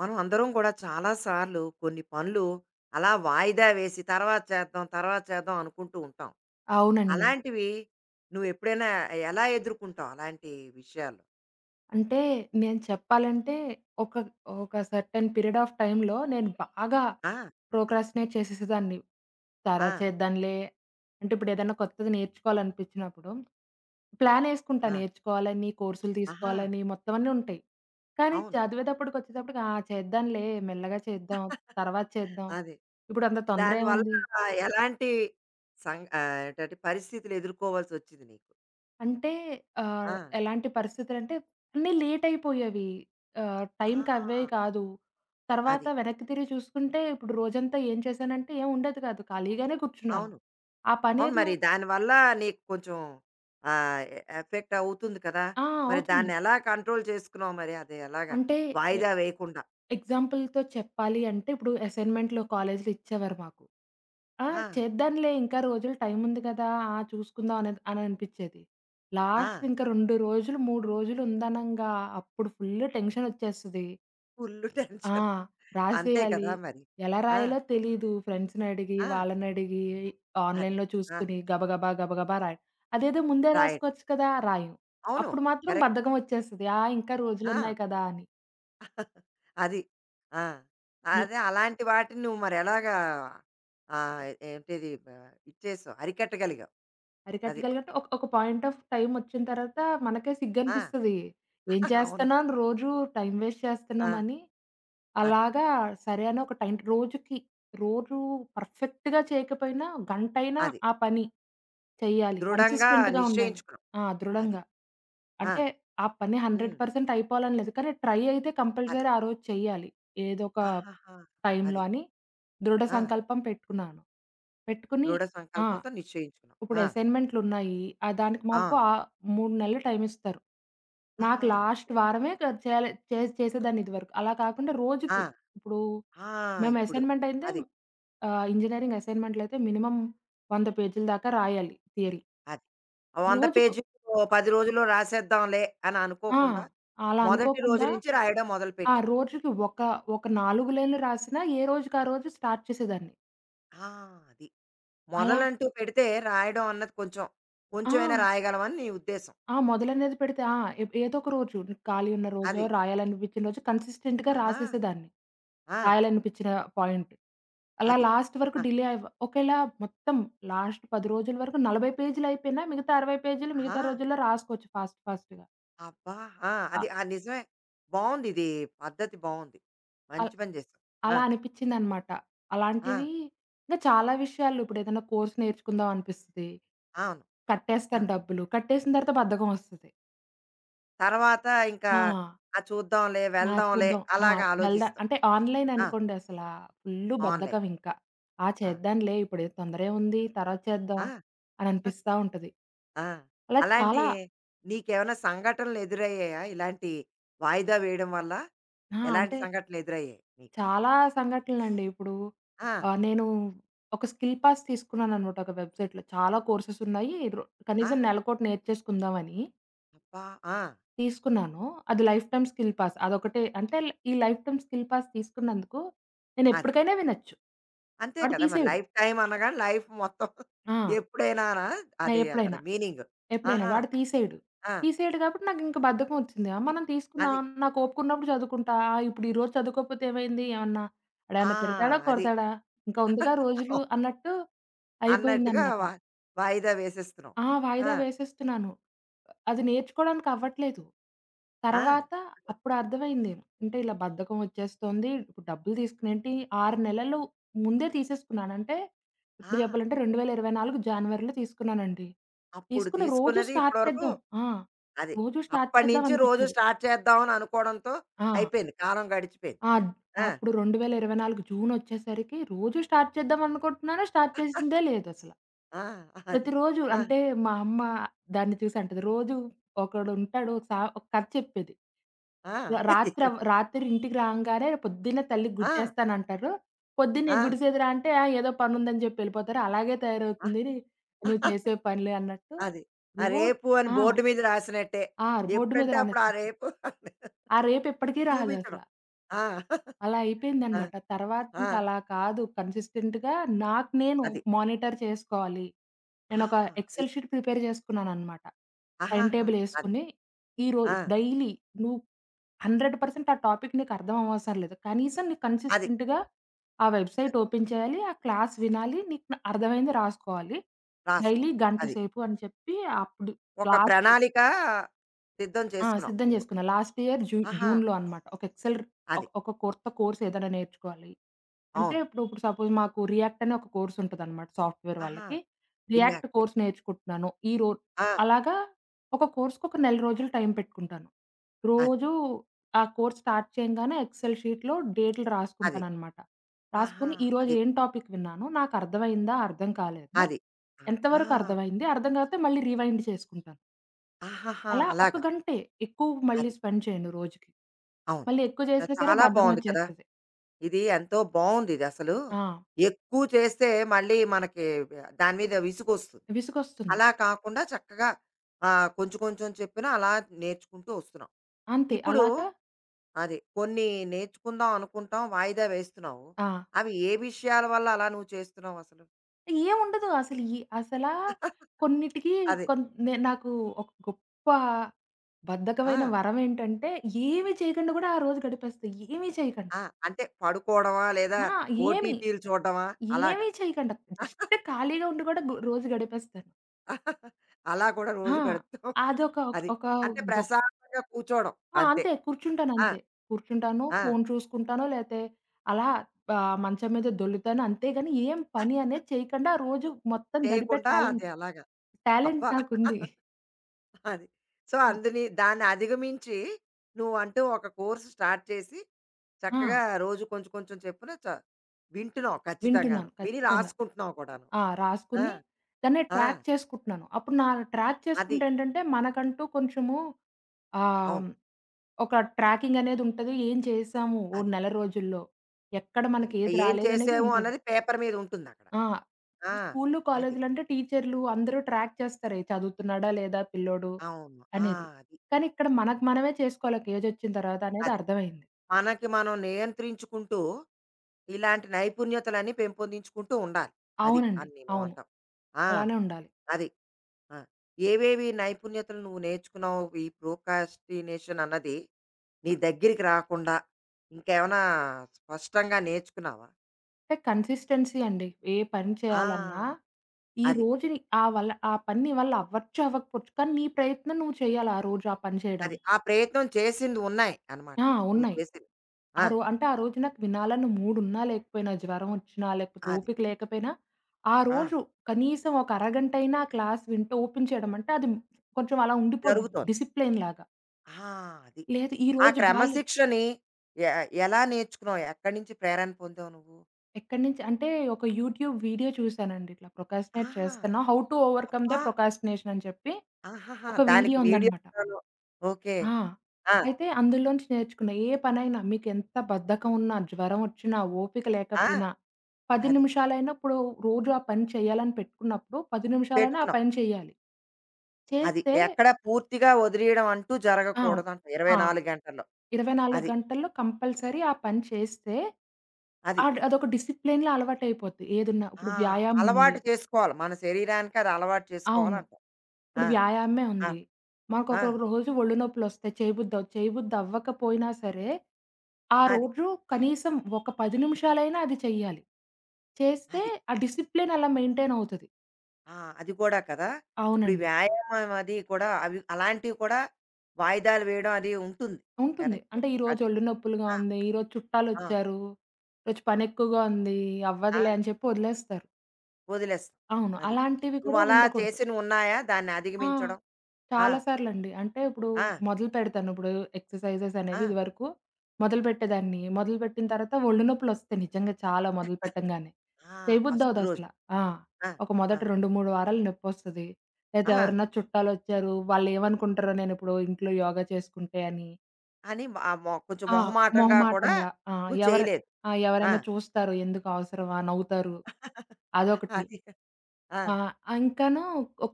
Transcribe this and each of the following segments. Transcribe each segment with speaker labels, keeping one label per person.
Speaker 1: మనం అందరం కూడా చాలా సార్లు కొన్ని పనులు అలా వాయిదా వేసి తర్వాత చేద్దాం తర్వాత చేద్దాం అనుకుంటూ ఉంటాం.
Speaker 2: అవునండి.
Speaker 1: అలాంటివి నువ్వు ఎప్పుడైనా ఎలా ఎదుర్కొంటావు అలాంటి విషయాలు?
Speaker 2: అంటే నేను చెప్పాలంటే ఒక, ఒక సర్టెన్ పీరియడ్ ఆఫ్ టైమ్‌లో నేను బాగా
Speaker 1: ఆ!
Speaker 2: ప్రోక్రాస్టినేట్ చేసేసేదాన్ని. తరా
Speaker 1: ఆ!
Speaker 2: చేద్దాంలే. అంటే ఇప్పుడేదన్నా కొత్తది నేర్చుకోవాలనిపించినప్పుడు ప్లానేసుకుంటా
Speaker 1: ఆ!
Speaker 2: నేర్చుకోవాలని, కోర్సులు
Speaker 1: ఆహా!
Speaker 2: తీసుకోవాలని మొత్తం అన్నీ ఉంటాయి. కానీ
Speaker 1: అవును.
Speaker 2: చదివేటప్పటికొచ్చేటప్పటికి చేద్దాంలే మెల్లగా చేద్దాం, తర్వాత చేద్దాం.
Speaker 1: అదే.
Speaker 2: ఇప్పుడంత తొందర
Speaker 1: దానివల్ల
Speaker 2: ఏముంది?
Speaker 1: ఎలాంటి ఏంటంటే పరిస్థితులు ఎదుర్కోవాల్సొచ్చింది నీకు?
Speaker 2: అంటే ఆహ్,
Speaker 1: ఆ!
Speaker 2: ఎలాంటి పరిస్థితులంటే అన్నీ లేట్ అయిపోయేవి.
Speaker 1: ఆ!
Speaker 2: టైంకి అవే కాదు. తర్వాత
Speaker 1: అది.
Speaker 2: వెనక్కి తిరిగి చూసుకుంటే ఇప్పుడు రోజంతా ఏం చేశానంటే ఏం ఉండేది కాదు. ఖాళీగానే కూర్చున్నాను.
Speaker 1: అవును.
Speaker 2: ఆ
Speaker 1: అవును.
Speaker 2: పనేదో
Speaker 1: మరి దానివల్ల నీకు కొంచెం ఎఫెక్ట్ అవుతుంది కదా!
Speaker 2: ఆ!
Speaker 1: మరి
Speaker 2: అవుతుంది.
Speaker 1: దాన్నెలా కంట్రోల్ చేసుకున్నావు మరి? అది ఎలాగా?
Speaker 2: అంటే ఎ
Speaker 1: వాయిదా వేయకుండా.
Speaker 2: ఎగ్జాంపుల్‌తో చెప్పాలి అంటే ఇప్పుడు అసైన్‌మెంట్‌లు కాలేజీలో ఇచ్చేవారు మాకు. ఆ!
Speaker 1: ఆ!
Speaker 2: చేద్దాంలే ఇంకా రోజులు టైం ఉంది కదా! చూసుకుందాం అనేది అని అనిపించేది.
Speaker 1: ఆ!
Speaker 2: లాస్ట్ ఇంకా 2 రోజులు, 3 రోజులు ఉందనంగా అప్పుడు ఫుల్ టెన్షన్ వచ్చేస్తది.
Speaker 1: ఫుల్లు
Speaker 2: ఆ!
Speaker 1: టెన్షన్. అంతే
Speaker 2: రాసేయాలి.
Speaker 1: కదా మరి.
Speaker 2: ఎలా
Speaker 1: ఆ!
Speaker 2: రాయాలో తెలీదు. ఫ్రెండ్స్‌నడిగి,
Speaker 1: ఆ!
Speaker 2: వాళ్ళనడిగి,
Speaker 1: అది.
Speaker 2: ఆన్‌లైన్‌లో
Speaker 1: ఆ!
Speaker 2: చూసుకొని గబగబా, గబగబా రాయడం. అదేదో ముందే
Speaker 1: రాయడం.
Speaker 2: రాసుకోవచ్చు కదా! రాయం.
Speaker 1: అవును.
Speaker 2: అప్పుడు మాత్రం
Speaker 1: కరెక్ట్.
Speaker 2: బద్ధకం వచ్చేస్తది. ఇంకా
Speaker 1: ఆ!
Speaker 2: రోజులున్నాయి కదా అని.
Speaker 1: అది. ఆ!
Speaker 2: ని
Speaker 1: అదే అలాంటి వాటిని నువ్వు మరెలాగా ఆహ్, ఏంటిది ఇచ్చేసావు, అరికట్టగలిగావు. అది.
Speaker 2: అరికట్టగలిగినట్టు ఒక ఒక పాయింట్ ఆఫ్ టైమ్ వచ్చిన తర్వాత మనకే
Speaker 1: ఆ!
Speaker 2: సిగ్గనిపిస్తది. ఏం
Speaker 1: అవును.
Speaker 2: చేస్తున్నాను రోజు టైం వేస్ట్
Speaker 1: ఆ!
Speaker 2: చేస్తున్నామని.
Speaker 1: అది.
Speaker 2: అలాగా సరే అని ఒక టైం రోజుకి రోజు పర్ఫెక్ట్‌గా చేయకపోయినా గంటైనా
Speaker 1: అది.
Speaker 2: ఆ పని చెయ్యాలి.
Speaker 1: దృఢంగా
Speaker 2: కన్సిస్టెంట్‌గా ఉండాలి.
Speaker 1: నిశ్చయించుకున్నావు. అది.
Speaker 2: దృఢంగా.
Speaker 1: ఆ!
Speaker 2: అంటే ఆ పని
Speaker 1: హ్మ్.
Speaker 2: 100% అయిపోవాలని లేదు. కానీ ట్రై అయితే
Speaker 1: అది.
Speaker 2: కంపల్సరీ ఆ రోజు చెయ్యాలి. ఏదో ఒక
Speaker 1: ఆహాహా!
Speaker 2: టైంలో
Speaker 1: అది.
Speaker 2: అని దృఢ
Speaker 1: ఆ!
Speaker 2: సంకల్పం పెట్టుకున్నాను. పెట్టుకుని
Speaker 1: దృఢ
Speaker 2: ఆ!
Speaker 1: సంకల్పంతో నిశ్చయించుకున్నావు.
Speaker 2: ఇప్పుడు
Speaker 1: ఆ!
Speaker 2: అసైన్‌మెంట్లున్నాయి. దానికి
Speaker 1: ఆ!
Speaker 2: మాకు 3 నెలలు టైమ్ ఇస్తారు. నాకు
Speaker 1: ఆహా!
Speaker 2: లాస్ట్ వారమే క చేయాలి చే చేసేదాన్ని ఇదివరకు. అలా కాకుండా
Speaker 1: ఆ!
Speaker 2: రోజుకి ఇప్పుడు
Speaker 1: ఆ!
Speaker 2: మేము
Speaker 1: ఇప్పుడు
Speaker 2: అసైన్‌మెంట్ అయితే
Speaker 1: అది.
Speaker 2: ఇంజినీరింగ్ అసైన్‌మెంట్‌లయితే మినిమమ్ 100 పేజీల దాకా రాయాలి థియరీ.
Speaker 1: అది. 100
Speaker 2: రోజుకు
Speaker 1: పేజీలు 10 రోజుల్లో రాసేద్దాంలే అని
Speaker 2: ఆ!
Speaker 1: అనుకోకుండా,
Speaker 2: అలా
Speaker 1: మొదటి రోజు
Speaker 2: అనుకోకుండా
Speaker 1: నుంచి రాయడం
Speaker 2: ఆ!
Speaker 1: మొదలుపెట్టావు.
Speaker 2: రోజుకి ఒక 4 లైన్‌లు రాసినా ఏ రోజుకి ఆ రోజు స్టార్ట్ చేసేదాన్ని.
Speaker 1: ఆ! అది.
Speaker 2: అలా
Speaker 1: మొదలంటూ పెడితే రాయడం అన్నది కొంచెం,
Speaker 2: ఆ!
Speaker 1: కొంచెమైనా రాయగలమని నీ ఉద్దేశం.
Speaker 2: ఆ! మొదలనేది పెడితే ఏదో ఒక రోజు ఖాళీ ఉన్న రోజో,
Speaker 1: అది.
Speaker 2: రాయాలనిపించిన రోజు కన్సిస్టెంట్‌గా
Speaker 1: ఆహా!
Speaker 2: రాసేసేదాన్ని.
Speaker 1: ఆ!
Speaker 2: రాయాలనిపించిన పాయింట్. అలా
Speaker 1: అది.
Speaker 2: లాస్ట్ వరకు
Speaker 1: ఆ!
Speaker 2: డిలే అవ్వ ఒకేళ మొత్తం లాస్ట్ 10 రోజుల వరకు 40 పేజీలు అయిపోయినా మిగతా 60 పేజీలు
Speaker 1: ఆహా!
Speaker 2: మిగతా రోజుల్లో రాసుకోవచ్చు ఫాస్ట్ ఫాస్ట్‌గా.
Speaker 1: అబ్బా! ఆ! అది ఆ! నిజమే. బావుందిది. పద్ధతి బావుంది.
Speaker 2: అ
Speaker 1: మంచి పని చేసావు. ఆ!
Speaker 2: అలా అనిపిచ్చిందనమాట.
Speaker 1: ఆ!
Speaker 2: అలాంటివి ఇంకా చాలా విషయాల్లో ఇప్పుడేదైనా కోర్స్ నేర్చుకుందాం అనిపిస్తది.
Speaker 1: అవును. ఆ!
Speaker 2: కట్టేస్తాను డబ్బులు. కట్టేసిన తర్వాత బద్ధకం ఒస్తది.
Speaker 1: తర్వాత ఇంకా
Speaker 2: ఆ!
Speaker 1: ఆ! చూద్దాంలే,
Speaker 2: ఆ!
Speaker 1: వెళ్దాంలే
Speaker 2: చూద్దాం.
Speaker 1: అలాగా
Speaker 2: వెళ్దా
Speaker 1: ఆలోచిస్తావు.
Speaker 2: అంటే ఆన్‌లైన్
Speaker 1: ఆ!
Speaker 2: అనుకోండి అసలా ఫుల్లు
Speaker 1: ఆన్‌లైన్.
Speaker 2: బద్ధకం ఇంకా.
Speaker 1: ఆ!
Speaker 2: చేద్దాంలే ఇప్పుడు తొందరేముంది తర్వాత చేద్దాం
Speaker 1: ఆ!
Speaker 2: అని అనిపిస్తా ఉంటది.
Speaker 1: ఆ!
Speaker 2: అలా
Speaker 1: అలాంటి
Speaker 2: చాలా.
Speaker 1: నీకేమైనా సంఘటనలు ఎదురయ్యాయా? ఇలాంటి వాయిదా వేయడం వల్ల? ఎలాంటి
Speaker 2: అంటే
Speaker 1: సంఘటనలు ఎదురయ్యాయి నీకు?
Speaker 2: చాలా సంఘటనలండి. ఇప్పుడు
Speaker 1: ఆ!
Speaker 2: నేను ఒక స్కిల్ పాస్ తీసుకున్నాననమాట ఒక వెబ్‌సైట్‌లో. చాలా కోర్సెస్ ఉన్నాయి. కనీసం
Speaker 1: ఆహా!
Speaker 2: నెలకోటి నేర్చేసుకుందామని.
Speaker 1: అబ్బా! ఆ!
Speaker 2: తీసుకున్నాను. అది లైఫ్ టైమ్ స్కిల్ పాస్. అదొకటే అంటే ఈ లైఫ్ టైమ్ స్కిల్ పాస్ తీసుకున్నందుకు
Speaker 1: అది.
Speaker 2: నేనెప్పటికైనా వినొచ్చు.
Speaker 1: అంతే
Speaker 2: వాడు
Speaker 1: కదా! మరి
Speaker 2: తీసేయడు.
Speaker 1: లైఫ్ టైమ్ అనగానే లైఫ్ మొత్తం
Speaker 2: ఆ!
Speaker 1: ఎప్పుడైనానా
Speaker 2: ఆ!
Speaker 1: అది అక్కడ
Speaker 2: ఎప్పుడైనా.
Speaker 1: మీనింగ్.
Speaker 2: ఎప్పుడైనా.
Speaker 1: ఆహా!
Speaker 2: వాడు తీసేయడు.
Speaker 1: ఆ!
Speaker 2: తీసేయడు కాబట్టి నాకింక బద్ధకం ఒచ్చింది. మనం
Speaker 1: అది.
Speaker 2: తీసుకున్నాం. నాకు ఓపికున్నప్పుడు చదువుకుంటా. ఇప్పుడు ఈరోజు చదువుకోకపోతే ఏమైంది? ఏమన్నా
Speaker 1: ఆ!
Speaker 2: ఆడేమన్నా తిడతాడా?
Speaker 1: అది.
Speaker 2: కొడతాడా? ఇంకా ఉందిగా రోజులు
Speaker 1: అవును.
Speaker 2: అన్నట్టు
Speaker 1: అన్నట్టుగా
Speaker 2: అయిపోయిందనమాట.
Speaker 1: వాయిదా వేసేస్తున్నాం. ఆ!
Speaker 2: వాయిదా వేసేస్తున్నాను. అది నేర్చుకోవడానికి అవ్వట్లేదు.
Speaker 1: ఆ!
Speaker 2: తర్వాత అప్పుడు అర్థమైంది. అంటే ఇలా బద్ధకం వచ్చేస్తోంది. ఇప్పుడు డబ్బులు తీసుకునేటి 6 నెలలు ముందే తీసేసుకున్నాను. అంటే
Speaker 1: ఆ!
Speaker 2: ఇప్పుడు చెప్పాలంటే 2024 జాన్వరిలో తీసుకున్నానండి.
Speaker 1: అప్పుడు
Speaker 2: తీసుకుని రోజు
Speaker 1: తీసుకున్నది
Speaker 2: స్టార్ట్
Speaker 1: ఇప్పటివరకు
Speaker 2: చేద్దాం. ఆ!
Speaker 1: అది.
Speaker 2: రోజు స్టార్ట్ చేద్దాం
Speaker 1: అప్పటినుంచి రోజు
Speaker 2: అనిపించేది.
Speaker 1: స్టార్ట్ చేద్దాం అని అనుకోవడంతో
Speaker 2: ఆ!
Speaker 1: అయిపోయింది. కాలం గడిచిపోయింది.
Speaker 2: ఆ!
Speaker 1: ఆ!
Speaker 2: అప్పుడు 2024 జూనొచ్చేసరికి రోజు స్టార్ట్ చేద్దాం అనుకుంటున్నాను. స్టార్ట్ చేసిందే లేదసల.
Speaker 1: ఆ! అది.
Speaker 2: ప్రతిరోజు
Speaker 1: ఆ!
Speaker 2: అంటే మా అమ్మ దాన్ని చూసి అంటది. రోజు ఒకడుంటాడు ఒక కథ చెప్పేది.
Speaker 1: ఆ!
Speaker 2: ర రాత్రవ్ రాత్రి ఇంటికి రాంగానే పొద్దున్నే తల్లికి
Speaker 1: ఆ!
Speaker 2: గుడిసేస్తానంటారు. పొద్దున్నే
Speaker 1: ఆ!
Speaker 2: గుడిసేదిరా అంటే, "ఆ! ఏదో పనుందని" జెప్పి ఎళ్ళిపోతారు. అలాగే
Speaker 1: ఆ!
Speaker 2: తయారవుతుంది నువ్వు చేసే పనులు అన్నట్టు.
Speaker 1: అది. ఆ
Speaker 2: రోర్
Speaker 1: రేపు అని
Speaker 2: ఆ!
Speaker 1: బోర్డ్ మీద రాసినట్టే.
Speaker 2: ఆ! బోర్డ్ మీద
Speaker 1: ఎప్పుడంటే అప్పుడు ఆ
Speaker 2: రానేస్తుంటాయి.
Speaker 1: రేపు
Speaker 2: ఆ రేపెప్పటికి రాదసల.
Speaker 1: చూపించడం. ఆ!
Speaker 2: అలా
Speaker 1: ఆ!
Speaker 2: అయిపోయిందనమాట. తర్వాత
Speaker 1: ఆ!
Speaker 2: ఇంక అలా కాదు, కన్సిస్టెంట్‌గా నాకు నేను
Speaker 1: అది.
Speaker 2: మానిటర్ చేసుకోవాలి.
Speaker 1: ఆ!
Speaker 2: నేనొక
Speaker 1: అది.
Speaker 2: ఎక్సెల్ షీట్ ప్రిపేర్ చేసుకున్నాననమాట. టైమ్
Speaker 1: ఆహాహా!
Speaker 2: టేబుల్
Speaker 1: అది.
Speaker 2: యేసుకొని, ఈరోజు
Speaker 1: ఆ!
Speaker 2: డైలీ నువ్వు 100% ఆ టాపిక్ నీకు అర్థం అవ్వవసరం లేదు. కనీసం నీకు
Speaker 1: అది.
Speaker 2: కన్సిస్టెంట్‌గా ఆ
Speaker 1: అది.
Speaker 2: వెబ్‌సైట్ ఓపెన్ చేయాలి. ఆ క్లాస్ వినాలి. నీకు అర్థమైంది రాసుకోవాలి. డైలీ
Speaker 1: రాసుకోవాలి.
Speaker 2: గంట
Speaker 1: అది.
Speaker 2: సేపు అని చెప్పి అప్పుడు
Speaker 1: ఒక
Speaker 2: లాస్ట్
Speaker 1: ప్రణాళిక సిద్ధం
Speaker 2: ఆ!
Speaker 1: చేసుకున్నావు
Speaker 2: సిద్ధం
Speaker 1: నువ్వు.
Speaker 2: జేసుకున్నా. లాస్ట్ ఇయర్
Speaker 1: ఆహా!
Speaker 2: జూన్‌లో అనమాట. ఒక ఎక్సెల్ ఒక
Speaker 1: అది.
Speaker 2: ఒక కొత్త కోర్స్ ఏదైనా నేర్చుకోవాలి. అంటే
Speaker 1: అవును.
Speaker 2: ఇప్పుడు ఇప్పుడు సపోజ్ మాకు రియాక్ట్ అనే ఒక కోర్స్ ఉంటదనమాట సాఫ్ట్‌వేర్
Speaker 1: ఆహా!
Speaker 2: వాళ్ళకి. React
Speaker 1: react.
Speaker 2: కోర్స్ నేర్చుకుంటున్నాను. ఈ రో
Speaker 1: ఆ!
Speaker 2: అలాగా ఒక కోర్స్‌కి ఒక నెల రోజులు టైం పెట్టుకుంటాను.
Speaker 1: అది.
Speaker 2: రోజు ఆ కోర్స్ స్టార్ట్ చేయంగానే ఎక్సెల్ షీట్‌లో డేట్లు
Speaker 1: అది.
Speaker 2: రాసుకుంటాననమాట.
Speaker 1: ఆహా!
Speaker 2: రాసుకొని ఈరోజు
Speaker 1: అది.
Speaker 2: ఏం టాపిక్ విన్నాను? నాకు అర్థమైందా? అర్థం కాలేదా?
Speaker 1: అది. ఆ!
Speaker 2: ఎంతవరకు
Speaker 1: ఆ!
Speaker 2: అర్థమైంది? అర్థం కాకపోతే మళ్ళీ రివైండ్ చేసుకుంటాను.
Speaker 1: ఆహాహా!
Speaker 2: అలా ఒక
Speaker 1: అలాగా.
Speaker 2: గంటే. ఎక్కువ మళ్ళీ
Speaker 1: అది.
Speaker 2: స్పెండ్ చేయను రోజుకి.
Speaker 1: అవును.
Speaker 2: మళ్ళీ ఎక్కువ చేసినా సరే
Speaker 1: చాలా బావుంది కదా!
Speaker 2: బద్ధకమొచ్చేస్తది.
Speaker 1: ఇది ఎంతో బావుందిదసలు.
Speaker 2: ఆ!
Speaker 1: ఎక్కువ చేస్తే మళ్ళీ మనకి దాని మీద విసుగొస్తుంది.
Speaker 2: విసుగొస్తుంది.
Speaker 1: అలా కాకుండా చక్కగా ఆ, కొంచెం కొంచెం చెప్పిన అలా నేర్చుకుంటూ వస్తున్నాం.
Speaker 2: అంతే.
Speaker 1: ఇప్పుడు
Speaker 2: అలాగా.
Speaker 1: అది కొన్ని నేర్చుకుందాం అనుకుంటాం, వాయిదా వేస్తున్నావు.
Speaker 2: ఆ!
Speaker 1: అవి ఏ విషయాల వల్ల అలా నువ్వు చేస్తున్నావు అసలు?
Speaker 2: ఏముండదు అసలు ఈ అసలా కొన్నిటికి
Speaker 1: అదే.
Speaker 2: కొన్ నే నాకు ఒక గొప్ప బద్ధకమైన
Speaker 1: ఆ!
Speaker 2: వరం ఏంటంటే, ఏమి చేయకుండా కూడా ఆ రోజు గడిపేస్తా. ఏమి చేయకండా.
Speaker 1: ఆ! అంటే పడుకోవడమా? లేదా
Speaker 2: అహా! ఏమి,
Speaker 1: ఓటీటీలు చూడడమా? అలాగా.
Speaker 2: ఏమి చేయకండా. జస్ట్ ఖాళీగా ఉండి కూడా రోజు గడిపేస్తాను.
Speaker 1: అలా కూడా
Speaker 2: ఆ!
Speaker 1: రోజు గడుపుతాం.
Speaker 2: అదొక ఒక
Speaker 1: అది.
Speaker 2: ఒక
Speaker 1: అంటే
Speaker 2: గొప్ప.
Speaker 1: ప్రశాంతంగా కూర్చోవడం అంతే.
Speaker 2: అంతే.
Speaker 1: ఆ!
Speaker 2: కూర్చుంటానంతే. కూర్చుంటాను,
Speaker 1: ఆ!
Speaker 2: ఫోను చూసుకుంటానో లేతే అలా మంచం మీద దొర్లుతాను. అంతేగాని ఏం పని అనేది చేయకుండా రోజు మొత్తం గడిపే
Speaker 1: చేయకుండా అది అలాగా.
Speaker 2: టాలెంట్
Speaker 1: అబ్బా!
Speaker 2: నాకుంది.
Speaker 1: అది. సో, అందుని దాన్ని అధిగమించి నువ్వంటూ ఒక కోర్స్ స్టార్ట్ చేసి,
Speaker 2: ఆ!
Speaker 1: చక్కగా రోజు కొంచెం కొంచెం చెప్పున చ వింటున్నావు ఖచ్చితంగాను.
Speaker 2: వింటున్నాను
Speaker 1: విని
Speaker 2: ఖచ్చితంగా.
Speaker 1: రాసుకుంటున్నావు కూడాను. ఆ!
Speaker 2: రాసుకుని దాన్ని
Speaker 1: ఆ!
Speaker 2: ట్రాక్ చేసుకుంటున్నాను. అప్పుడు నా ట్రాక్
Speaker 1: అది.
Speaker 2: చేసుకుంటే ఏంటంటే మనకంటూ కొంచెము ఆహ్,
Speaker 1: అవును.
Speaker 2: ఒక ట్రాకింగ్ అనేది ఉంటది. ఏం చేశాము ఓ
Speaker 1: అది.
Speaker 2: నెల రోజుల్లో, ఎక్కడ
Speaker 1: అది.
Speaker 2: మనకి ఏది
Speaker 1: ఏం
Speaker 2: రాలేదనేది
Speaker 1: చేసావు
Speaker 2: ఉంటది.
Speaker 1: అన్నది పేపర్ మీద ఉంటుందక్కడ.
Speaker 2: ఆ!
Speaker 1: ఆ!
Speaker 2: స్కూల్లు,
Speaker 1: అది.
Speaker 2: కాలేజీలంటే టీచర్లు అందరూ ట్రాక్ చేస్తారు. చదువుతున్నాడా లేదా పిల్లోడు
Speaker 1: అవును. ఆ!
Speaker 2: అనేది.
Speaker 1: అది.
Speaker 2: కానీ ఇక్కడ మనకు మనమే చేసుకోవాలి ఒక ఏజొచ్చిన తర్వాత అనేది
Speaker 1: అది.
Speaker 2: అర్థమైంది.
Speaker 1: మనకి మనం నియంత్రించుకుంటూ, ఇలాంటి నైపుణ్యతలన్నీ పెంపొందించుకుంటూ ఉండాలి. అది
Speaker 2: అవునండి.
Speaker 1: అని నేను
Speaker 2: అవును.
Speaker 1: అంటాం. ఆ!
Speaker 2: అలానే ఉండాలి.
Speaker 1: అది. ఆ! ఏవేవి నైపుణ్యతలు నువ్వు నేర్చుకున్నావు? ఈ ప్రోకాస్టినేషన్ అన్నది నీ దగ్గరికి రాకుండా ఇంకేమైనా స్పష్టంగా నేర్చుకున్నావా?
Speaker 2: అంటే కన్సిస్టెన్సీ అండి. ఏ పని
Speaker 1: ఆ!
Speaker 2: చేయాలన్నా ఈ
Speaker 1: అది.
Speaker 2: రోజుని ఆ వల్ల ఆ పని నీ వల్ల అవ్వచ్చు, అవ్వకపోవచ్చు. కానీ నీ ప్రయత్నం నువ్వు చేయాలి ఆ రోజు ఆ పని
Speaker 1: అది.
Speaker 2: చేయడానికి.
Speaker 1: ఆ ప్రయత్నం చేసింది ఉన్నాయి అన్నమాట.
Speaker 2: ఆ!
Speaker 1: నువ్వు
Speaker 2: ఉన్నాయి.
Speaker 1: చేసినవి. ఆ!
Speaker 2: ఆ రో అంటే ఆ రోజు నాకు వినాలన్న మూడున్నా లేకపోయినా, జ్వరం వచ్చినా, లేకపోతే
Speaker 1: అది.
Speaker 2: ఓపిక లేకపోయినా, ఆ
Speaker 1: ఆ!
Speaker 2: రోజు కనీసం ఒక అరగంటైనా ఆ క్లాస్ వింటూ ఓపెన్ చేయడం అంటే అది కొంచెం అలా ఉండిపోద్ది
Speaker 1: జరుగుతోంది.
Speaker 2: డిసిప్లైన్‌లాగా.
Speaker 1: ఆ! అది.
Speaker 2: లేదు
Speaker 1: ఆ
Speaker 2: ఈరోజు బాలే.
Speaker 1: క్రమశిక్షణని ఎ ఎలా నేర్చుకున్నావు? ఎక్కడి నుంచి ప్రేరణ పొందావు నువ్వు?
Speaker 2: ఎక్కడి నుంచి అంటే ఒక యూట్యూబ్ వీడియో చూసానండి. ఇట్లా ప్రొకాస్టినేట్
Speaker 1: ఆహా!
Speaker 2: చేస్తున్నా. హౌ టు ఓవర్‌కమ్ ద
Speaker 1: అబ్బా!
Speaker 2: ప్రొకాస్టినేషన్ అని చెప్పి
Speaker 1: ఆహాహా!
Speaker 2: ఒక వీడియో
Speaker 1: దానికి
Speaker 2: ఉందనమాట.
Speaker 1: వీడియోలు ఓకే.
Speaker 2: ఆ!
Speaker 1: ఆ!
Speaker 2: అయితే అందులోంచి నేర్చుకున్న ఏ పనైనా మీకెంత బద్ధకం ఉన్నా, జ్వరం వచ్చినా, ఓపిక
Speaker 1: ఆ!
Speaker 2: లేకపోయినా 10
Speaker 1: అది.
Speaker 2: నిమిషాలైనా ఇప్పుడు రోజు ఆ పని చేయాలని పెట్టుకున్నప్పుడు 10 నిమిషాలైనా ఆ
Speaker 1: పెట్టుకున్నావు.
Speaker 2: పని చేయాలి.
Speaker 1: అది.
Speaker 2: చేస్తే
Speaker 1: ఎక్కడ పూర్తిగా వదిలేయడం అంటూ
Speaker 2: ఆ!
Speaker 1: జరగకూడదంట
Speaker 2: ఆ!
Speaker 1: 24 గంటల్లో.
Speaker 2: 24
Speaker 1: అది.
Speaker 2: గంటల్లో కంపల్సరీ ఆ పని చేస్తే
Speaker 1: అది.
Speaker 2: అదొక డిసిప్లిన్‌లా అలవాటైపోద్ది. ఏదున్నా ఇప్పుడు
Speaker 1: ఆ!
Speaker 2: వ్యాయామం ఉంది.
Speaker 1: అలవాటు చేసుకోవాలి. మన శరీరానికి అది అలవాటు
Speaker 2: అవును.
Speaker 1: చేసుకోవాలంటావు.
Speaker 2: ఇప్పుడు
Speaker 1: ఆ!
Speaker 2: వ్యాయామమే
Speaker 1: ఆ!
Speaker 2: ఉంది.
Speaker 1: ఆ!
Speaker 2: మనకొక రోజు ఒళ్ళు నొప్పులొస్తాయి. చేయబుద్దవ్వకపోయినా సరే ఆ
Speaker 1: అది.
Speaker 2: రోజు కనీసం ఒక 10 నిమిషాలైనా అది చెయ్యాలి. చేస్తే
Speaker 1: అది.
Speaker 2: ఆ డిసిప్లిన్ అలా మెయింటైన్ అవుతది.
Speaker 1: ఆ! అది కూడా కదా! ఇప్పుడు ఈ
Speaker 2: అవునండి.
Speaker 1: వ్యాయామం అది కూడా అవి అలాంటివి కూడా వాయిదాలు వేయడం అది ఉంటుంది.
Speaker 2: ఉంటుంది.
Speaker 1: కరెక్టే.
Speaker 2: అంటే ఈరోజు
Speaker 1: అది.
Speaker 2: ఒళ్ళు నొప్పులుగా
Speaker 1: ఆ!
Speaker 2: ఉంది, ఈరోజు
Speaker 1: ఆ!
Speaker 2: చుట్టాలొచ్చారు, ఈరోజు పనెక్కువగా ఉంది,
Speaker 1: ఆ!
Speaker 2: అవ్వదులే అని చెప్పి వదిలేస్తారు.
Speaker 1: వదిలేస్తాం.
Speaker 2: అవును.
Speaker 1: అది.
Speaker 2: అలాంటివి కూడా
Speaker 1: నువ్వలా
Speaker 2: ఉండకూడదు.
Speaker 1: చేసినున్నాయా దాన్ని
Speaker 2: ఆ!
Speaker 1: అధిగమించడం? ఆ!
Speaker 2: చాలా సార్లండి. అంటే ఇప్పుడు
Speaker 1: ఆ!
Speaker 2: మొదలు పెడతాను. ఇప్పుడు ఎక్సర్‌సైజెస్
Speaker 1: ఆ!
Speaker 2: అనేవి ఇదివరకు మొదలుపెట్టేదాన్ని. మొదలుపెట్టిన తర్వాత ఒళ్ళు నొప్పులొస్తాయి నిజంగా చాలా మొదలు పెట్టంగానే.
Speaker 1: ఆ! ఫస్ట్ రోజు.
Speaker 2: చేయబుద్దవదసల. ఆ!
Speaker 1: ఆ!
Speaker 2: ఒక
Speaker 1: ఆ!
Speaker 2: మొదటి 2, 3 వారాలు నొప్పొస్తది. లేతే
Speaker 1: ఆ!
Speaker 2: ఎవరన్నా చుట్టాలొచ్చారు, వాళ్ళేమనుకుంటారో నేనిప్పుడు ఇంట్లో యోగా చేసుకుంటే అని.
Speaker 1: అని ఆ మొ కొంచెం
Speaker 2: ఆ!
Speaker 1: మొహమాటంగా కూడా
Speaker 2: మొహమాటంగా. ఆ!
Speaker 1: నువ్వు
Speaker 2: ఎవర
Speaker 1: చేయలేదు.
Speaker 2: ఆ!
Speaker 1: ఆ!
Speaker 2: ఎవరైనా చూస్తారు, ఎందుకు అవసరమా? నవ్వుతారు. అదొకటి.
Speaker 1: అది. ఆ!
Speaker 2: ఆ! ఇంకాను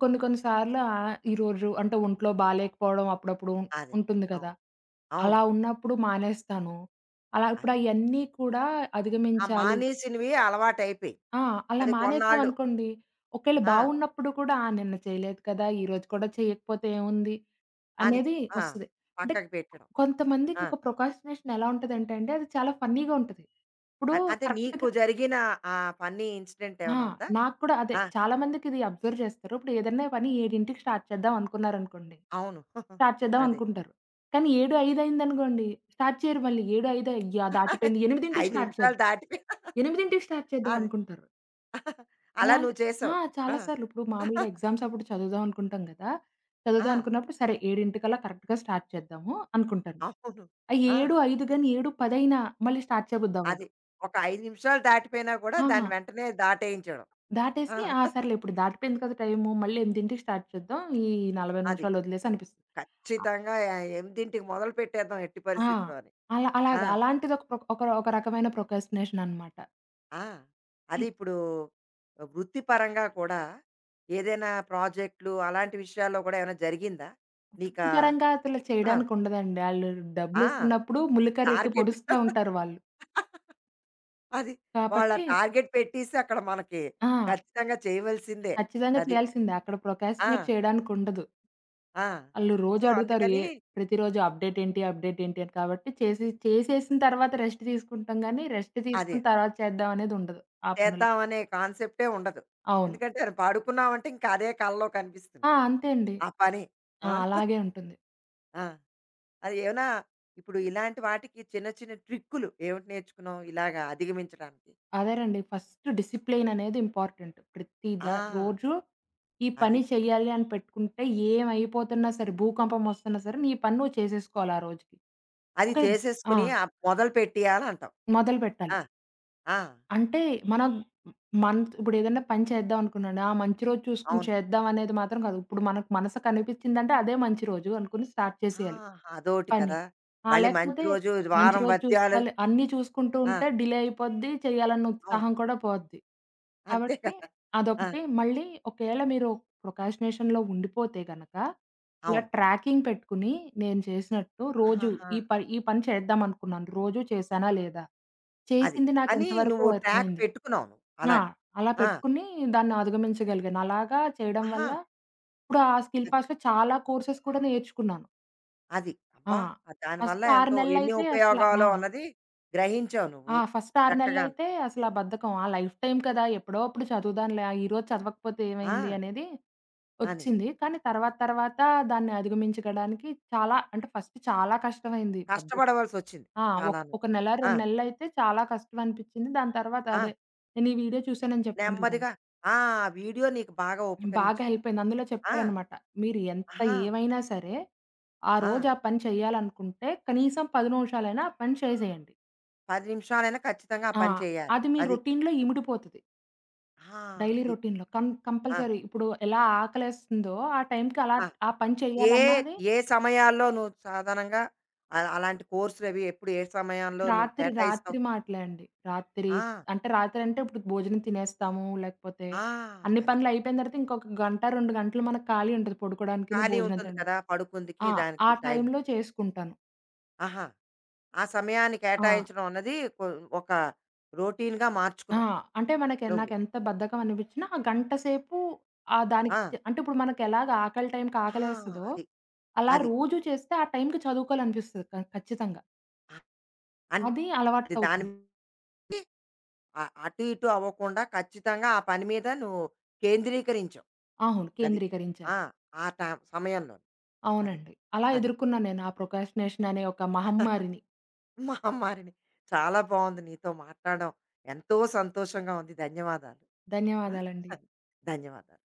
Speaker 2: కొన్ని కొన్ని సార్లు ఈరోజు అంటే ఒంట్లో బాలేకపోవడం అప్పుడప్పుడు
Speaker 1: అదే.
Speaker 2: ఉంటుంది కదా!
Speaker 1: అవును. అవును.
Speaker 2: అలా ఉన్నప్పుడు మానేస్తాను. అలా ఇప్పుడు
Speaker 1: అది.
Speaker 2: అయన్నీ కూడా
Speaker 1: ఆ
Speaker 2: అధిగమించాలి.
Speaker 1: మానేసినవి అలవాటయిపోయాయి.
Speaker 2: ఆ! అలా
Speaker 1: అది కొన్నాళ్ళు
Speaker 2: మానేసామనుకోండి. ఒకేళ
Speaker 1: ఆ!
Speaker 2: బాగున్నప్పుడు కూడా నిన్న చేయలేదు కదా! ఈరోజు కూడా చేయకపోతే ఏముంది
Speaker 1: అని.
Speaker 2: అనేది
Speaker 1: ఆ!
Speaker 2: వస్తది. అంటే
Speaker 1: పక్కకు పెట్టడం.
Speaker 2: కొంతమందికి
Speaker 1: ఆ!
Speaker 2: ఒక ప్రొకాస్టినేషన్ ఎలా ఉంటదంటే అండి అది చాలా ఫన్నీగా ఉంటది. ఇప్పుడు
Speaker 1: అంటే నీకు
Speaker 2: కరెక్ట్‌గా.
Speaker 1: జరిగిన ఆ ఫన్నీ ఇన్సిడెంట్
Speaker 2: ఆ!
Speaker 1: ఏమైనా ఉందా?
Speaker 2: నాకు కూడా అదే
Speaker 1: ఆ!
Speaker 2: చాలా మందికి ఇది అబ్జర్వ్ చేస్తారు. ఇప్పుడు ఏదన్నా పని 7కి స్టార్ట్ చేద్దాం అనుకున్నారనుకోండి.
Speaker 1: అవును.
Speaker 2: స్టార్ట్ చేద్దాం
Speaker 1: అదే.
Speaker 2: అనుకుంటారు. కానీ 7, 5 అయిందనుకోండి స్టార్ట్ చేయరు మళ్ళీ. 7, 5 అయ్యా! దాటిపోయింది 8కి
Speaker 1: 5
Speaker 2: స్టార్ట్
Speaker 1: నిమిషాలు
Speaker 2: చేద్దాం.
Speaker 1: దాటిపోయి
Speaker 2: 8కి స్టార్ట్ చేద్దాం
Speaker 1: అది.
Speaker 2: అనుకుంటారు.
Speaker 1: అలా
Speaker 2: అలాంటి.
Speaker 1: నువ్వు చేసావు. ఆ!
Speaker 2: చాలా సార్లు. ఇప్పుడు మామూలుగా ఎగ్జామ్స్ అప్పుడు చదువుదాం అనుకుంటాం కదా!
Speaker 1: ఆ!
Speaker 2: చదువుదాం అనుకున్నప్పుడు సరే 7:00కల్లా కరెక్ట్‌గా స్టార్ట్ చేద్దాము అనుకుంటాను.
Speaker 1: అవును.
Speaker 2: ఆ
Speaker 1: ఆ!
Speaker 2: 7, 5 గాని 7, 10 అయినా మళ్ళీ స్టార్ట్ చేయబుద్ధి
Speaker 1: అది.
Speaker 2: అవ్వదు.
Speaker 1: ఒక 5 నిమిషాలు దాటిపోయినా కూడా
Speaker 2: ఆ!
Speaker 1: దాన్ని వెంటనే దాటేయించడం. ఆ!
Speaker 2: దాటేసి సర్లే ఇప్పుడు దాటిపోయింది కదా టైము మళ్ళీ 8:00కి స్టార్ట్ చేద్దాం. ఈ 40
Speaker 1: అది.
Speaker 2: నిమిషాలు వదిలేసి అనిపిస్తుంది.
Speaker 1: ఖచ్చితంగా ఎ 8కి మొదలుపెట్టేద్దాం ఎట్టి
Speaker 2: ఆ!
Speaker 1: పరిస్థితిలో అని.
Speaker 2: అలా
Speaker 1: ఆ!
Speaker 2: అలాగా అలాంటిది ఒక రకమైన ప్రొక్రాస్టినేషన్ అనమాట.
Speaker 1: ఆ!
Speaker 2: ఈ
Speaker 1: అది ఇప్పుడు వృత్తిపరంగా కూడా ఏదైనా ప్రాజెక్ట్‌లు అలాంటి విషయాల్లో కూడా ఏమైనా జరిగిందా? నీకా
Speaker 2: వృత్తిపరంగా అసలు
Speaker 1: ఆ!
Speaker 2: చేయడానికి ఉండదండి. ఆళ్ళు
Speaker 1: ఆ!
Speaker 2: డబ్బులిస్తున్నప్పుడు ములిక రెట్టి
Speaker 1: టార్గెట్
Speaker 2: పొడుస్తా ఉంటారు వాళ్ళు.
Speaker 1: అది. వాళ్ళ
Speaker 2: కాబట్టి
Speaker 1: టార్గెట్ పెట్టేసి అక్కడ మనకి
Speaker 2: ఆ!
Speaker 1: ఖచ్చితంగా చేయవలసిందే.
Speaker 2: ఖచ్చితంగా
Speaker 1: అది.
Speaker 2: చేయాల్సిందే. అక్కడ ప్రొకాస్టినేట్
Speaker 1: ఆ!
Speaker 2: చేయడానికుండదు.
Speaker 1: ఆ!
Speaker 2: ఆళ్ళు
Speaker 1: సో,
Speaker 2: రోజు అడుగుతారు.
Speaker 1: అందుకని
Speaker 2: ప్రతిరోజు అప్డేట్ ఏంటి? అప్డేట్ ఏంటి? అని. కాబట్టి చేసి చేసేసిన తర్వాత రెస్ట్ తీసుకుంటాం గానీ, రెస్ట్
Speaker 1: అదే.
Speaker 2: తీసుకున్న తర్వాత చేద్దాం అనేదుండదు ఆ పనులు.
Speaker 1: చేద్దామనే కాన్సెప్టే ఉండదు.
Speaker 2: అవును.
Speaker 1: ఎందుకంటే అది పడుకున్నావంటే ఇంకా అదే కలలో కనిపిస్తుంది నీకు.
Speaker 2: అంతే అండి.
Speaker 1: ఆ పని. ఆ!
Speaker 2: అలాగే ఉంటుంది.
Speaker 1: ఆ! అది ఏమైనా ఇప్పుడు ఇలాంటి వాటికి చిన్న చిన్న ట్రిక్కులు ఏమిటి నేర్చుకున్నావు ఇలాగా అధిగమించడానికి?
Speaker 2: అదేనండి ఫస్ట్ డిసిప్లిన్ అనేది ఇంపార్టెంట్. ప్రతి ద
Speaker 1: ఆ!
Speaker 2: రోజు ఈ
Speaker 1: అది.
Speaker 2: పని చెయ్యాలి అని పెట్టుకుంటే ఏమైపోతున్నా సరే, భూకంపం వస్తున్నా సరే, నీ పని నువ్వు చేసేసుకోవాలి ఆ రోజుకి.
Speaker 1: అది
Speaker 2: ఒక ఆ!
Speaker 1: చేసేసుకొని మొదలు పెట్టేయాలంటావు.
Speaker 2: మొదలుపెట్టాలి.
Speaker 1: ఆ! ఆ!
Speaker 2: అంటే మన మనత్ ఇప్పుడేదైనా పని చేద్దాం అనుకున్నాను. ఆ మంచి రోజు చూసుకొని
Speaker 1: అవును.
Speaker 2: చేద్దాం అనేది మాత్రం కాదు. ఇప్పుడు మనకు మనసు కనిపించిందంటే అదే మంచి రోజు అనుకుని స్టార్ట్
Speaker 1: ఆ!
Speaker 2: చేసేయాలి.
Speaker 1: అదోటి
Speaker 2: పని.
Speaker 1: కదా! మళ్ళీ మంచి
Speaker 2: లేకపోతే
Speaker 1: రోజు
Speaker 2: మంచి
Speaker 1: వారం
Speaker 2: రోజు
Speaker 1: వద్యాలు.
Speaker 2: చూసుకోవాలి. అన్నీ చూసుకుంటూ
Speaker 1: ఆ!
Speaker 2: ఉంటే డిలే అయిపోద్ది. చేయాలన్న
Speaker 1: అవును.
Speaker 2: ఉత్సాహం కూడా పోద్ది.
Speaker 1: అంతే
Speaker 2: కాబట్టి
Speaker 1: కదా! ఆ!
Speaker 2: అదొకటి. మళ్ళీ ఒకవేళ మీరు ప్రొకాస్టినేషన్‌లో ఉండిపోతే గనక, ఇలా
Speaker 1: అవును.
Speaker 2: ట్రాకింగ్ పెట్టుకొని నేను చేసినట్టు రోజు
Speaker 1: ఆహాహా!
Speaker 2: ఈ పని చేద్దాం అనుకున్నాను. రోజు చేశానా లేదా?
Speaker 1: అది.
Speaker 2: చేసింది నాకు
Speaker 1: అని
Speaker 2: ఎంతవరకు
Speaker 1: నువ్వు ట్రాక్
Speaker 2: అర్థమైంది?
Speaker 1: పెట్టుకున్నావు నువ్వు
Speaker 2: ఆ!
Speaker 1: అలాగా.
Speaker 2: అలా
Speaker 1: ఆ!
Speaker 2: పెట్టుకుని దాన్ని అధిగమించగలిగాను. అలాగా చేయడం
Speaker 1: ఆహా!
Speaker 2: వల్ల ఇప్పుడు ఆ స్కిల్
Speaker 1: అది.
Speaker 2: పాస్‌లో చాలా కోర్సెస్ కూడా నేర్చుకున్నాను.
Speaker 1: అది.
Speaker 2: ఆ!
Speaker 1: అబ్బా! ఆ దానివల్ల
Speaker 2: ఫస్ట్ 6
Speaker 1: ఎంతో ఎన్ని
Speaker 2: నెలలైతే అసల ఆ!
Speaker 1: ఉపయోగాలో అన్నది గ్రహించావు నువ్వు.
Speaker 2: ఆ! ఫస్ట్ 6
Speaker 1: చక్కగాను.
Speaker 2: నెలలైతే అసల ఆ బద్ధకం. లైఫ్ టైమ్ కదా! ఎప్పుడో అప్పుడు చదువుదాంలే. ఈరోజు చదవకపోతే ఏమైంది
Speaker 1: ఆ!
Speaker 2: అనేది
Speaker 1: అని.
Speaker 2: ఒచ్చింది. కానీ తర్వాత తర్వాత దాన్ని అధిగమించడానికి చాలా అంటే ఫస్ట్ చాలా కష్టమైంది. బద్ధకం.
Speaker 1: కష్టపడవలసొచ్చింది
Speaker 2: ఆ!
Speaker 1: చాలాను.
Speaker 2: ఒక నెల,
Speaker 1: ఆ!
Speaker 2: 2 నెలలైతే చాలా కష్టం అనిపిచ్చింది. దాని తర్వాత
Speaker 1: ఆ!
Speaker 2: అదే. నేను ఈ వీడియో చూసానని చెప్పాను కదండీ!
Speaker 1: నెమ్మదిగా ఆ! వీడియో నీకు బాగా
Speaker 2: బాగా
Speaker 1: ఉపకరించింది.
Speaker 2: హెల్ప్ అయింది. అందులో
Speaker 1: ఆ!
Speaker 2: చెప్పారనమాట. మీరు ఎంత
Speaker 1: ఆహా!
Speaker 2: ఏమైనా సరే, ఆ
Speaker 1: ఆ!
Speaker 2: రోజు ఆ పని చేయాలనుకుంటే కనీసం 10 నిమిషాలైనా ఆ పని చేసేయండి.
Speaker 1: 10 నిమిషాలైనా ఖచ్చితంగా ఆ
Speaker 2: ఆ!
Speaker 1: పని చేయాలి.
Speaker 2: అది మీ
Speaker 1: అది.
Speaker 2: రొటీన్‌లో ఇమిడిపోతది.
Speaker 1: ఆ!
Speaker 2: డైలీ
Speaker 1: అది.
Speaker 2: రొటీన్‌లో.
Speaker 1: ఆ!
Speaker 2: కంపల్సరీ. ఇప్పుడు ఎలా ఆకలేస్తుందో ఆ టైంకి అలా
Speaker 1: ఆ!
Speaker 2: ఆ పని
Speaker 1: ఏ,
Speaker 2: చేయాలన్నది
Speaker 1: ఏ సమయాల్లో నువ్వు సాధారణంగా అలాంటి కోర్సులవి ఎప్పుడు ఏ సమయాల్లో నువ్వు
Speaker 2: రాత్రి,
Speaker 1: కేటాయిస్తావు?
Speaker 2: రాత్రి మాటలే అండి. రాత్రి
Speaker 1: ఆ!
Speaker 2: అంటే. ఇప్పుడు భోజనం తినేస్తాము. లేకపోతే
Speaker 1: ఆ!
Speaker 2: అన్ని
Speaker 1: అది.
Speaker 2: పనులు అయిపోయిన తర్వాత ఇంకొక గంట, 2 గంటలు మనకు ఖాళీ ఉంటది. పడుకోవడానికిని,
Speaker 1: ఖాళీ
Speaker 2: భోజనం
Speaker 1: ఉంటుంది
Speaker 2: తినడానికి.
Speaker 1: కదా! పడుకుందికి,
Speaker 2: ఆ!
Speaker 1: దానికి
Speaker 2: ఆ
Speaker 1: టైము.
Speaker 2: టైంలో చేసుకుంటాను.
Speaker 1: ఆహా! ఆ సమయాన్ని
Speaker 2: ఆ!
Speaker 1: కేటాయించడం అన్నది ఒక రొటీన్‌గా
Speaker 2: ఆ!
Speaker 1: మార్చుకున్నావు
Speaker 2: అంటే మనకి
Speaker 1: నువ్వు.
Speaker 2: నాకెంత బద్ధకం అనిపించినా ఆ గంట సేపు
Speaker 1: ఆ!
Speaker 2: దానికి అంటే ఇప్పుడు మనకెలాగా ఆకలి టైంకి
Speaker 1: ఆ!
Speaker 2: ఆకలేస్తదో,
Speaker 1: అది.
Speaker 2: అలా
Speaker 1: అది.
Speaker 2: రోజు చేస్తే ఆ టైంకి చదువుకోవాలనిపిస్తది ఖచ్చితంగా.
Speaker 1: ఆహ్,
Speaker 2: అది
Speaker 1: అంటే దాని
Speaker 2: అలవాటవుతుంది.
Speaker 1: మీదే అటు ఇటు అవ్వకుండా ఖచ్చితంగా ఆ పని మీద నువ్వు కేంద్రీకరించావు.
Speaker 2: అవును.
Speaker 1: అది.
Speaker 2: కేంద్రీకరించాను.
Speaker 1: ఆ! ఆ ట సమయంలో. అది.
Speaker 2: అవునండి. అలా
Speaker 1: అదే.
Speaker 2: ఎదుర్కొన్నాను నేను ఆ ప్రొక్రాస్టినేషన్ అనే ఒక మహమ్మారిని.
Speaker 1: మా మారిని. చాలా బావుంది నీతో మాట్లాడడం. ఎంతో సంతోషంగా ఉంది. ధన్యవాదాలు.
Speaker 2: ధన్యవాదాలండి.
Speaker 1: ఆ! ధన్యవాదాలు.